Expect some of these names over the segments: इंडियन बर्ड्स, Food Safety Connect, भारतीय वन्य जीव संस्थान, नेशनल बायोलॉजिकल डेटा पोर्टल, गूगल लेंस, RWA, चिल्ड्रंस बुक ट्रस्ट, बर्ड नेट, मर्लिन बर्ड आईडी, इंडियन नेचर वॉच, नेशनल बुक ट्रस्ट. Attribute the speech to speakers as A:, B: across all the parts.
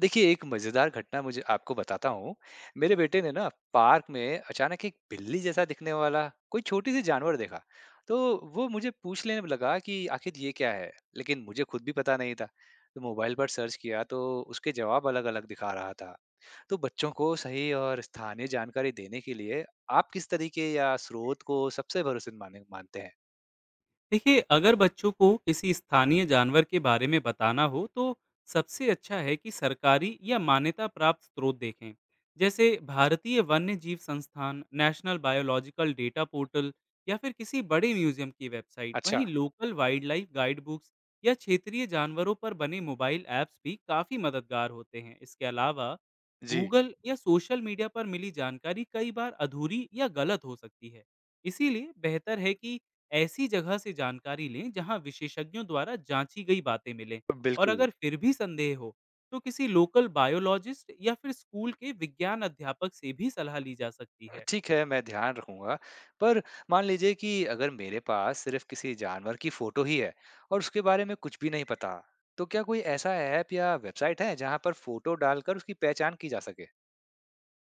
A: देखिए, एक मजेदार घटना मुझे आपको बताता हूँ। मेरे बेटे ने ना पार्क में अचानक एक बिल्ली जैसा दिखने वाला कोई छोटी सी जानवर देखा। तो वो मुझे पूछ लेने लगा कि आखिर ये क्या है। लेकिन मुझे खुद भी पता नहीं था। तो मोबाइल पर सर्च किया तो उसके जवाब अलग अलग दिखा रहा था। तो बच्चों को सही और स्थानीय जानकारी देने के लिए आप किस तरीके या स्रोत को सबसे भरोसेमंद माने मानते हैं?
B: देखिए अगर बच्चों को किसी स्थानीय जानवर के बारे में बताना हो तो सबसे अच्छा है कि सरकारी या मान्यता प्राप्त स्रोत देखें। जैसे भारतीय वन्य जीव संस्थान, नेशनल बायोलॉजिकल डेटा पोर्टल या फिर किसी बड़े म्यूजियम की वेबसाइट।
A: अच्छा।
B: वहीं local wildlife guide books या क्षेत्रीय जानवरों पर बने मोबाइल ऐप्स भी काफ़ी मददगार होते हैं। इसके अलावा
A: जी।
B: गूगल या सोशल मीडिया पर मिली जानकारी कई बार अधूरी या गलत हो सकती है। इसीलिए बेहतर है कि ऐसी जगह से जानकारी लें जहां विशेषज्ञों द्वारा जांची गई बातें मिलें। और
A: बिल्कुल।
B: अगर फिर भी संदेह हो तो किसी लोकल बायोलॉजिस्ट या फिर स्कूल के विज्ञान अध्यापक से भी सलाह ली जा सकती है।
A: ठीक है, मैं ध्यान रखूँगा। पर मान लीजिए कि अगर मेरे पास सिर्फ़ किसी जानवर की फ़ोटो ही है और उसके बारे में कुछ भी नहीं पता, तो क्या कोई ऐसा ऐप या वेबसाइट है जहाँ पर फ़ोटो डालकर उसकी पहचान की जा सके?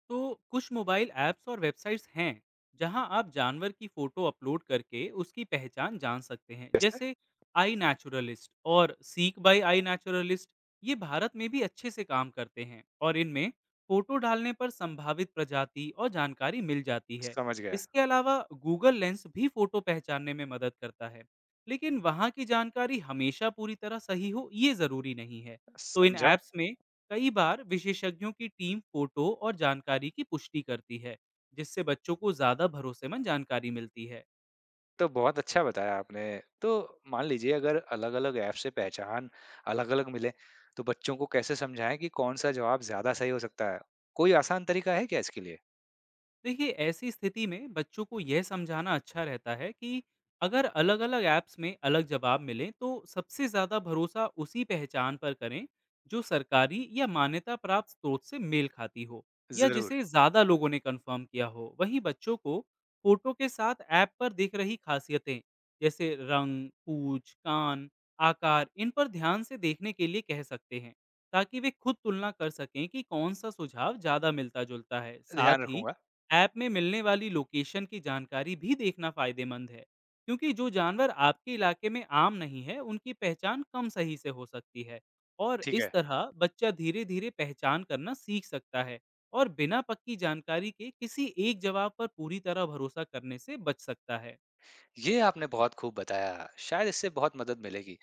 B: तो कुछ मोबाइल ऐप्स और वेबसाइट्स हैं जहां आप जानवर की फोटो अपलोड करके उसकी पहचान जान सकते हैं।
A: जैसे?
B: जैसे आई नेचुरलिस्ट और सीक बाय आई नेचुरलिस्ट, ये भारत में भी अच्छे से काम करते हैं। और इनमें फोटो डालने पर संभावित प्रजाति और जानकारी मिल जाती है।
A: समझ गया।
B: इसके अलावा गूगल लेंस भी फोटो पहचानने में मदद करता है, लेकिन वहाँ की जानकारी हमेशा पूरी तरह सही हो ये ज़रूरी नहीं है। तो इन
A: समझा।
B: ऐप्स में कई बार विशेषज्ञों की टीम फोटो और जानकारी की पुष्टि करती है, जिससे बच्चों को ज्यादा भरोसेमंद जानकारी मिलती है।
A: तो बहुत अच्छा बताया आपने। तो मान लीजिए अगर अलग-अलग ऐप से पहचान अलग-अलग मिले, तो बच्चों को कैसे समझाएँ कि कौन-सा जवाब ज़्यादा सही हो सकता है? कोई आसान तरीका है क्या इसके लिए?
B: देखिए ऐसी स्थिति में बच्चों को यह समझाना अच्छा रहता है कि अगर अलग अलग ऐप्स में अलग जवाब मिले तो सबसे ज़्यादा भरोसा उसी पहचान पर करें जो सरकारी या मान्यता प्राप्त स्रोत से मेल खाती हो, या
A: ज़रूर।
B: जिसे ज़्यादा लोगों ने कंफर्म किया हो। वहीं बच्चों को फोटो के साथ ऐप पर दिख रही खासियतें जैसे रंग, पूछ, कान, आकार, इन पर ध्यान से देखने के लिए कह सकते हैं, ताकि वे खुद तुलना कर सकें कि कौन सा सुझाव ज़्यादा मिलता जुलता है। साथ
A: ध्यान
B: ही
A: रखूँगा।
B: ऐप में मिलने वाली लोकेशन की जानकारी भी देखना फायदेमंद है, क्योंकि जो जानवर आपके इलाके में आम नहीं है उनकी पहचान कम सही से हो सकती है। और
A: ठीक
B: इस
A: है।
B: तरह बच्चा धीरे धीरे पहचान करना सीख सकता है, और बिना पक्की जानकारी के किसी एक जवाब पर पूरी तरह भरोसा करने से बच सकता है।
A: ये आपने बहुत खूब बताया, शायद इससे बहुत मदद मिलेगी।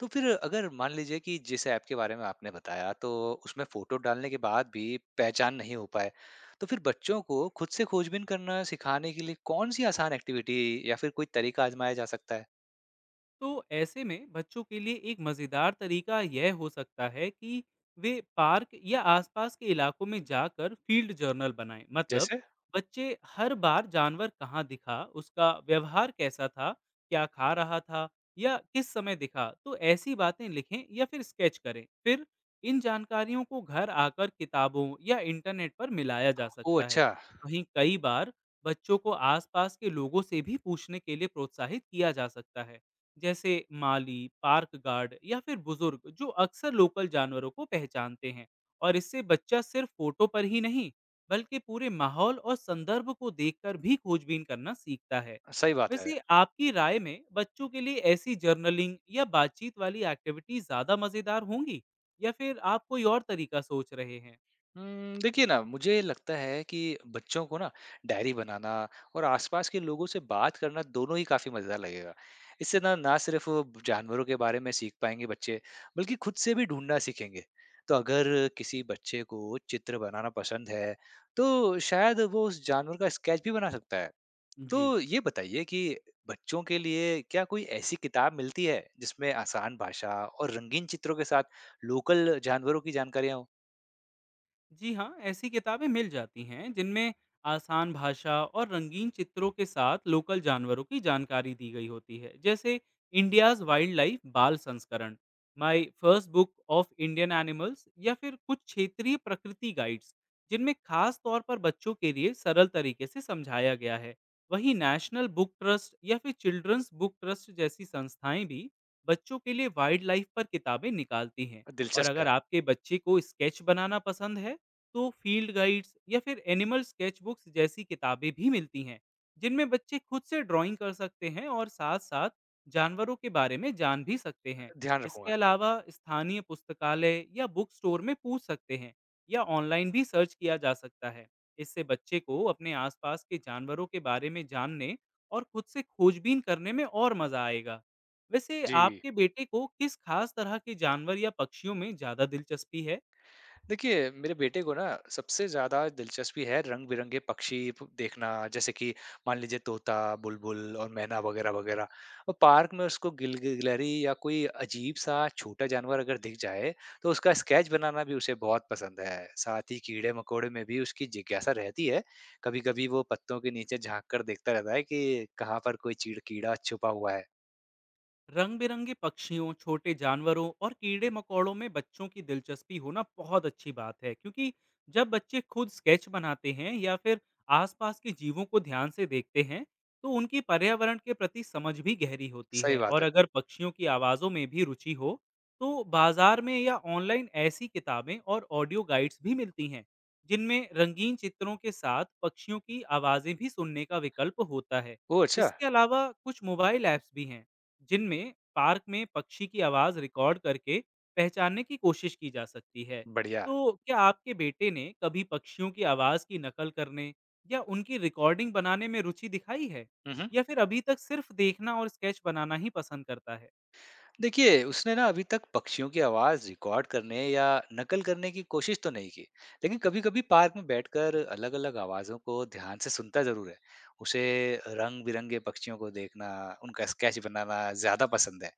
A: तो फिर अगर मान लीजिए कि जिस ऐप के बारे में आपने बताया तो उसमें फ़ोटो डालने के बाद भी पहचान नहीं हो पाए, तो फिर बच्चों को खुद से खोजबीन करना सिखाने के लिए कौन-सी आसान एक्टिविटी या फिर कोई तरीका आज़माया जा सकता है?
B: तो ऐसे में बच्चों के लिए एक मज़ेदार तरीका यह हो सकता है कि वे पार्क या आसपास के इलाकों में जाकर फील्ड जर्नल बनाएं। मतलब
A: जैसे?
B: बच्चे हर बार जानवर कहाँ दिखा, उसका व्यवहार कैसा था, क्या खा रहा था या किस समय दिखा, तो ऐसी बातें लिखें या फिर स्केच करें। फिर इन जानकारियों को घर आकर किताबों या इंटरनेट पर मिलाया जा
A: ओह!
B: सकता है।
A: अच्छा।
B: वहीं कई बार बच्चों को आसपास के लोगों से भी पूछने के लिए प्रोत्साहित किया जा सकता है, जैसे माली, पार्क गार्ड या फिर बुजुर्ग जो अक्सर लोकल जानवरों को पहचानते हैं। और इससे बच्चा सिर्फ फोटो पर ही नहीं, बल्कि पूरे माहौल और संदर्भ को देखकर भी खोजबीन करना सीखता है।
A: सही बात है।
B: वैसे आपकी राय में बच्चों के लिए ऐसी जर्नलिंग या बातचीत वाली एक्टिविटी ज्यादा मजेदार होंगी, या फिर आप कोई और तरीका सोच रहे हैं?
A: देखिए ना, मुझे लगता है कि बच्चों को ना डायरी बनाना और आसपास के लोगों से बात करना दोनों ही काफ़ी मज़ेदार लगेगा। इससे ना ना सिर्फ़ वो जानवरों के बारे में सीख पाएँगे बच्चे, बल्कि खुद से भी ढूँढना सीखेंगे। तो अगर किसी बच्चे को चित्र बनाना पसंद है, तो शायद वो उस जानवर का स्केच भी बना सकता है।
B: जी।
A: तो ये बताइए कि बच्चों के लिए क्या कोई ऐसी किताब मिलती है, जिसमें आसान भाषा और रंगीन चित्रों के साथ लोकल जानवरों की जानकारियाँ हों?
B: जी हाँ, ऐसी किताबें मिल जाती हैं जिनमें आसान भाषा और रंगीन चित्रों के साथ लोकल जानवरों की जानकारी दी गई होती है। जैसे इंडियाज वाइल्ड लाइफ बाल संस्करण, my first book of Indian animals या फिर कुछ क्षेत्रीय प्रकृति गाइड्स, जिनमें खास तौर पर बच्चों के लिए सरल तरीके से समझाया गया है। वहीं नेशनल बुक ट्रस्ट या फिर चिल्ड्रंस बुक ट्रस्ट जैसी संस्थाएं भी बच्चों के लिए वाइल्ड लाइफ पर किताबें निकालती हैं। और
A: दिलचस्प
B: अगर
A: है।
B: आपके बच्चे को स्केच बनाना पसंद है तो फील्ड गाइड्स या फिर एनिमल स्केचबुक्स जैसी किताबें भी मिलती हैं, जिनमें बच्चे खुद से ड्राइंग कर सकते हैं और साथ साथ जानवरों के बारे में जान भी सकते हैं।
A: ध्यान
B: इसके
A: रखूँगा।
B: अलावा स्थानीय पुस्तकालय या बुक स्टोर में पूछ सकते हैं, या ऑनलाइन भी सर्च किया जा सकता है। इससे बच्चे को अपने आसपास के जानवरों के बारे में जानने और खुद से खोजबीन करने में और मजा आएगा। वैसे
A: जी।
B: आपके बेटे को किस खास तरह के जानवर या पक्षियों में ज्यादा दिलचस्पी है?
A: देखिए, मेरे बेटे को ना सबसे ज़्यादा दिलचस्पी है रंग-बिरंगे पक्षी प देखना, जैसे कि मान लीजिए तोता, बुलबुल और मैना वगैरह-वगैरह। और पार्क में उसको गिलहरी या कोई अजीब-सा छोटा जानवर अगर दिख जाए, तो उसका स्केच बनाना भी उसे बहुत पसंद है। साथ ही कीड़े-मकोड़े में भी उसकी जिज्ञासा रहती है। कभी-कभी वो पत्तों के नीचे झाँक कर देखता रहता है कि कहाँ पर कोई चीड़ कीड़ा छुपा हुआ है।
B: रंग-बिरंगे पक्षियों, छोटे जानवरों और कीड़े-मकोड़ों में बच्चों की दिलचस्पी होना बहुत अच्छी बात है, क्योंकि जब बच्चे खुद स्केच बनाते हैं या फिर आसपास के जीवों को ध्यान से देखते हैं, तो उनकी पर्यावरण के प्रति समझ भी गहरी होती
A: सही
B: है।
A: बात
B: और
A: है।
B: अगर पक्षियों की आवाज़ों में भी रुचि हो, तो बाजार में या ऑनलाइन ऐसी किताबें और ऑडियो गाइड्स भी मिलती हैं, जिनमें रंगीन चित्रों के साथ पक्षियों की आवाज़ें भी सुनने का विकल्प होता है।
A: ओह! अच्छा।
B: इसके अलावा कुछ मोबाइल ऐप्स भी हैं जिनमें पार्क में पक्षी की आवाज़ रिकॉर्ड करके पहचानने की कोशिश की जा सकती है।
A: बढ़िया।
B: तो क्या आपके बेटे ने कभी पक्षियों की आवाज़ की नकल करने या उनकी रिकॉर्डिंग बनाने में रुचि दिखाई है?
A: हुँ, हुँ।
B: या फिर अभी तक सिर्फ देखना और स्केच बनाना ही पसंद करता है?
A: देखिए, उसने ना अभी तक पक्षियों की आवाज़ रिकॉर्ड करने या नकल करने की कोशिश तो नहीं की, लेकिन कभी-कभी पार्क में बैठकर अलग-अलग आवाज़ों को ध्यान से सुनता ज़रूर है। उसे रंग बिरंगे पक्षियों को देखना, उनका स्केच बनाना ज़्यादा पसंद है।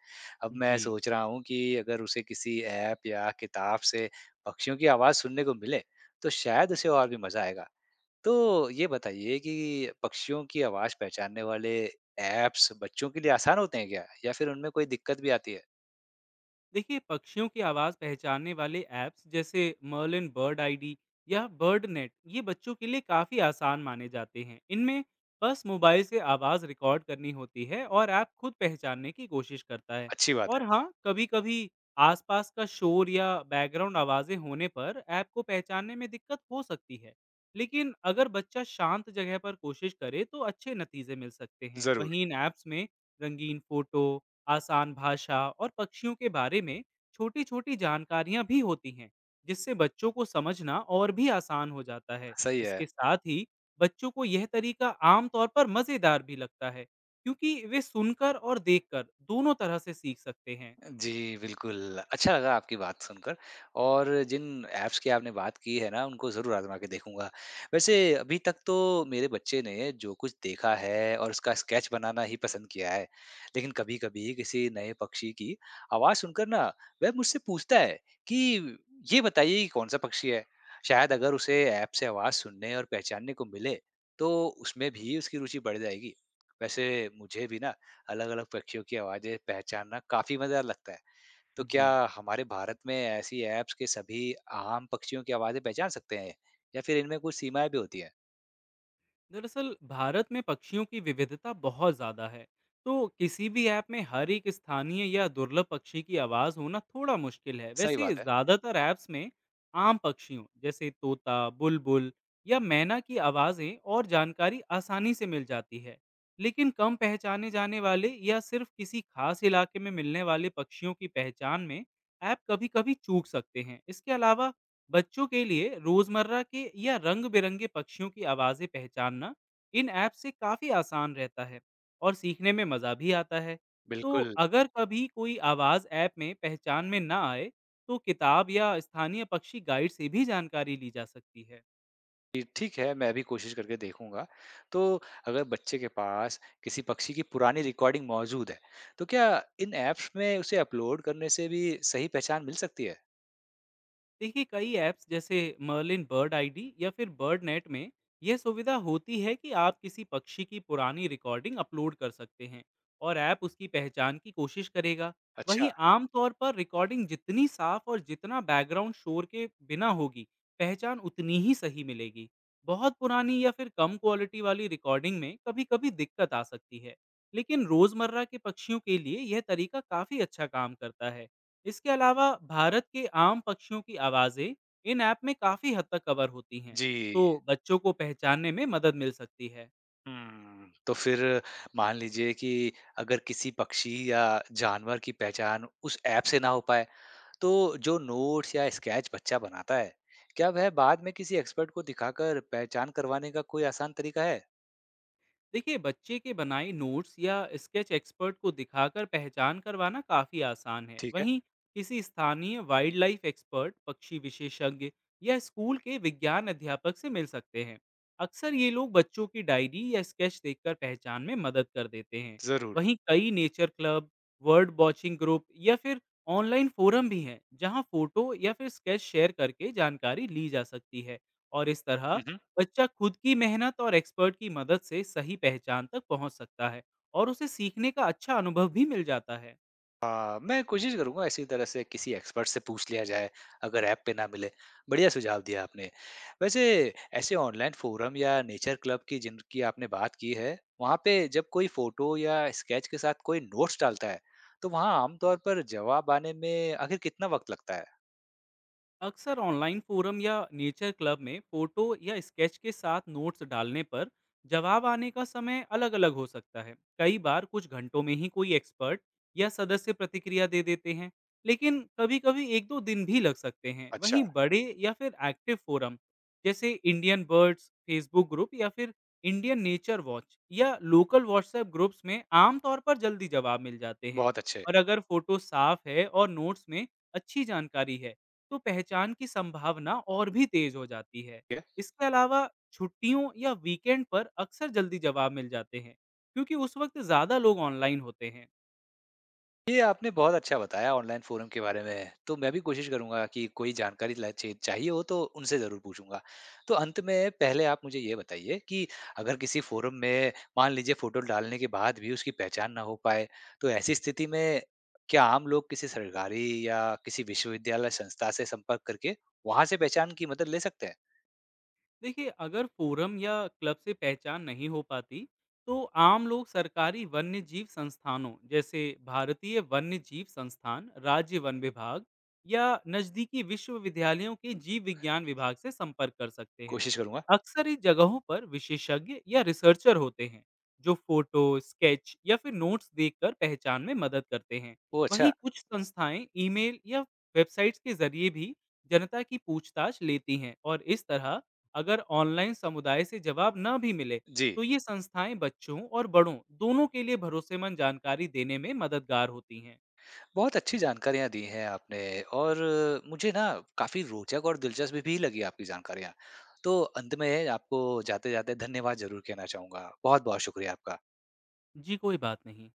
A: अब मैं
B: जी।
A: सोच रहा हूँ कि अगर उसे किसी ऐप या किताब से पक्षियों की आवाज़ सुनने को मिले तो शायद उसे और भी मज़ा आएगा। तो ये बताइए कि पक्षियों की आवाज़ पहचानने वाले ऐप्स बच्चों के लिए आसान होते हैं क्या, या फिर उनमें कोई दिक्कत भी आती है?
B: देखिए पक्षियों की आवाज़ पहचानने वाले ऐप्स जैसे मर्लिन बर्ड आईडी या बर्ड नेट, ये बच्चों के लिए काफ़ी आसान माने जाते हैं। इनमें बस मोबाइल से आवाज़ रिकॉर्ड करनी होती है और ऐप खुद पहचानने की कोशिश करता है।
A: अच्छी बात
B: और
A: है।
B: हाँ, कभी कभी आसपास का शोर या बैकग्राउंड आवाज़ें होने पर ऐप को पहचानने में दिक्कत हो सकती है, लेकिन अगर बच्चा शांत जगह पर कोशिश करे तो अच्छे नतीजे मिल सकते हैं।
A: ज़रूर।
B: वहीं इन ऐप्स में रंगीन फोटो, आसान भाषा और पक्षियों के बारे में छोटी छोटी जानकारियां भी होती हैं, जिससे बच्चों को समझना और भी आसान हो जाता है।
A: सही है।
B: इसके साथ ही बच्चों को यह तरीका आमतौर पर मजेदार भी लगता है, क्योंकि वे सुनकर और देखकर दोनों तरह से सीख सकते हैं।
A: जी, बिल्कुल, अच्छा लगा आपकी बात सुनकर। और जिन ऐप्स की आपने बात की है ना, उनको ज़रूर आज़मा के देखूँगा। वैसे अभी तक तो मेरे बच्चे ने जो कुछ देखा है और उसका स्केच बनाना ही पसंद किया है, लेकिन कभी-कभी किसी नए पक्षी की आवाज़ सुनकर ना, वह मुझसे पूछता है कि, "ये बताइए ये कौन-सा पक्षी है?" शायद अगर उसे ऐप से आवाज़ सुनने और पहचानने को मिले, तो उसमें भी उसकी रुचि बढ़ जाएगी। वैसे मुझे भी ना अलग-अलग पक्षियों की आवाज़ें पहचानना काफ़ी मज़ेदार लगता है। तो
B: जी।
A: क्या हमारे भारत में ऐसी ऐप्स के सभी आम पक्षियों की आवाज़ें पहचान सकते हैं? या फिर इनमें कुछ सीमाएँ भी होती हैं?
B: दरअसल भारत में पक्षियों की विविधता बहुत ज़्यादा है, तो किसी भी ऐप में हर एक स्थानीय या दुर्लभ पक्षी की आवाज़ होना थोड़ा मुश्किल है।
A: सही
B: वैसे
A: बात है।
B: ज़्यादातर ऐप्स में आम पक्षियों जैसे तोता, बुलबुल या मैना की आवाज़ें और जानकारी आसानी से मिल जाती है। लेकिन कम पहचाने जाने वाले या सिर्फ किसी खास इलाके में मिलने वाले पक्षियों की पहचान में ऐप कभी-कभी चूक सकते हैं। इसके अलावा बच्चों के लिए रोजमर्रा के या रंग बिरंगे पक्षियों की आवाजें पहचानना इन ऐप से काफी आसान रहता है, और सीखने में मजा भी आता है। तो
A: बिल्कुल।
B: अगर कभी कोई आवाज ऐप में पहचान में ना आए, तो किताब या स्थानीय पक्षी गाइड से भी जानकारी ली जा सकती है।
A: जी, ठीक है, मैं भी कोशिश करके देखूँगा। तो अगर बच्चे के पास किसी पक्षी की पुरानी रिकॉर्डिंग मौजूद है, तो क्या इन ऐप्स में उसे अपलोड करने से भी सही पहचान मिल सकती है?
B: देखिए कई ऐप्स जैसे मर्लिन बर्ड आईडी या फिर बर्ड नेट में यह सुविधा होती है कि आप किसी पक्षी की पुरानी रिकॉर्डिंग अपलोड कर सकते हैं, और ऐप उसकी पहचान की कोशिश करेगा।
A: अच्छा।
B: वहीं आमतौर पर रिकॉर्डिंग जितनी साफ और जितना बैकग्राउंड शोर के बिना होगी, पहचान उतनी ही सही मिलेगी। बहुत पुरानी या फिर कम क्वालिटी वाली रिकॉर्डिंग में कभी कभी दिक्कत आ सकती है, लेकिन रोज़मर्रा के पक्षियों के लिए यह तरीका काफ़ी अच्छा काम करता है। इसके अलावा भारत के आम पक्षियों की आवाज़ें इन ऐप में काफ़ी हद तक कवर होती हैं,
A: जी।
B: तो बच्चों को पहचानने में मदद मिल सकती है।
A: हुँ। तो फिर मान लीजिए कि अगर किसी पक्षी या जानवर की पहचान उस ऐप से ना हो पाए, तो जो नोट्स या स्केच बच्चा बनाता है, क्या वह बाद में किसी एक्सपर्ट को दिखाकर पहचान करवाने का कोई आसान तरीका है?
B: देखिए बच्चे के बनाए नोट्स या स्केच एक्सपर्ट को दिखाकर पहचान करवाना काफ़ी आसान है।
A: ठीक है।
B: वहीं किसी स्थानीय वाइल्ड लाइफ एक्सपर्ट, पक्षी विशेषज्ञ या स्कूल के विज्ञान अध्यापक से मिल सकते हैं। अक्सर ये लोग बच्चों की डायरी या स्केच देखकर पहचान में मदद कर देते हैं।
A: ज़रूर।
B: वहीं कई nature club, bird watching group या फिर ऑनलाइन फोरम भी हैं जहां फोटो या फिर स्केच शेयर करके जानकारी ली जा सकती है। और इस तरह
A: हुँ, हुँ।
B: बच्चा खुद की मेहनत और एक्सपर्ट की मदद से सही पहचान तक पहुंच सकता है, और उसे सीखने का अच्छा अनुभव भी मिल जाता है।
A: हाँ, मैं कोशिश करूँगा इसी तरह से किसी एक्सपर्ट से पूछ लिया जाए, अगर ऐप पे ना मिले। बढ़िया सुझाव दिया आपने। वैसे ऐसे ऑनलाइन फोरम या नेचर क्लब की जिनकी आपने बात की है, वहाँ पे जब कोई फ़ोटो या स्केच के साथ कोई नोट्स डालता है, तो वहाँ आमतौर पर जवाब आने में आखिर कितना वक़्त लगता है?
B: अक्सर ऑनलाइन फोरम या नेचर क्लब में फोटो या स्केच के साथ नोट्स डालने पर जवाब आने का समय अलग अलग हो सकता है। कई बार कुछ घंटों में ही कोई एक्सपर्ट या सदस्य प्रतिक्रिया दे देते हैं, लेकिन कभी कभी एक दो दिन भी लग सकते हैं।
A: अच्छा।
B: वहीं बड़े या फिर एक्टिव फोरम जैसे इंडियन बर्ड्स फेसबुक ग्रुप या फिर इंडियन नेचर वॉच या लोकल व्हाट्सएप ग्रुप्स में आमतौर पर जल्दी जवाब मिल जाते हैं।
A: बहुत अच्छे।
B: और अगर फोटो साफ है और नोट्स में अच्छी जानकारी है, तो पहचान की संभावना और भी तेज हो जाती है। इसके अलावा छुट्टियों या वीकेंड पर अक्सर जल्दी जवाब मिल जाते हैं, क्योंकि उस वक्त ज़्यादा लोग ऑनलाइन होते हैं।
A: ये आपने बहुत अच्छा बताया ऑनलाइन फोरम के बारे में। तो मैं भी कोशिश करूँगा कि कोई जानकारी ल चे चाहिए हो तो उनसे ज़रूर पूछूँगा। तो अंत में पहले आप मुझे ये बताइए कि अगर किसी फोरम में मान लीजिए फ़ोटो डालने के बाद भी उसकी पहचान ना हो पाए, तो ऐसी स्थिति में क्या आम लोग किसी सरकारी या किसी विश्वविद्यालय संस्था से संपर्क करके वहाँ से पहचान की मदद ले सकते हैं?
B: देखिए अगर फोरम या क्लब से पहचान नहीं हो पाती, तो आम लोग सरकारी वन्य जीव संस्थानों जैसे भारतीय वन्य जीव संस्थान, राज्य वन विभाग या नज़दीकी विश्वविद्यालयों के जीव विज्ञान विभाग से संपर्क कर सकते हैं।
A: कोशिश करूँगा।
B: अक्सर इस जगहों पर विशेषज्ञ या रिसर्चर होते हैं जो फोटो, स्केच या फिर नोट्स देखकर पहचान में मदद करते हैं।
A: ओह
B: वहीं
A: अच्छा!
B: कुछ संस्थाएं ईमेल या वेबसाइट्स के जरिए भी जनता की पूछताछ लेती हैं। और इस तरह अगर ऑनलाइन समुदाय से जवाब न भी मिले,
A: जी।
B: तो ये संस्थाएं बच्चों और बड़ों दोनों के लिए भरोसेमंद जानकारी देने में मददगार होती हैं।
A: बहुत अच्छी जानकारियाँ दी हैं आपने। और मुझे ना काफ़ी रोचक और दिलचस्प भी लगी आपकी जानकारियाँ। तो अंत में आपको जाते-जाते धन्यवाद ज़रूर कहना चाहूँगा। बहुत-बहुत शुक्रिया आपका।
B: जी, कोई बात नहीं।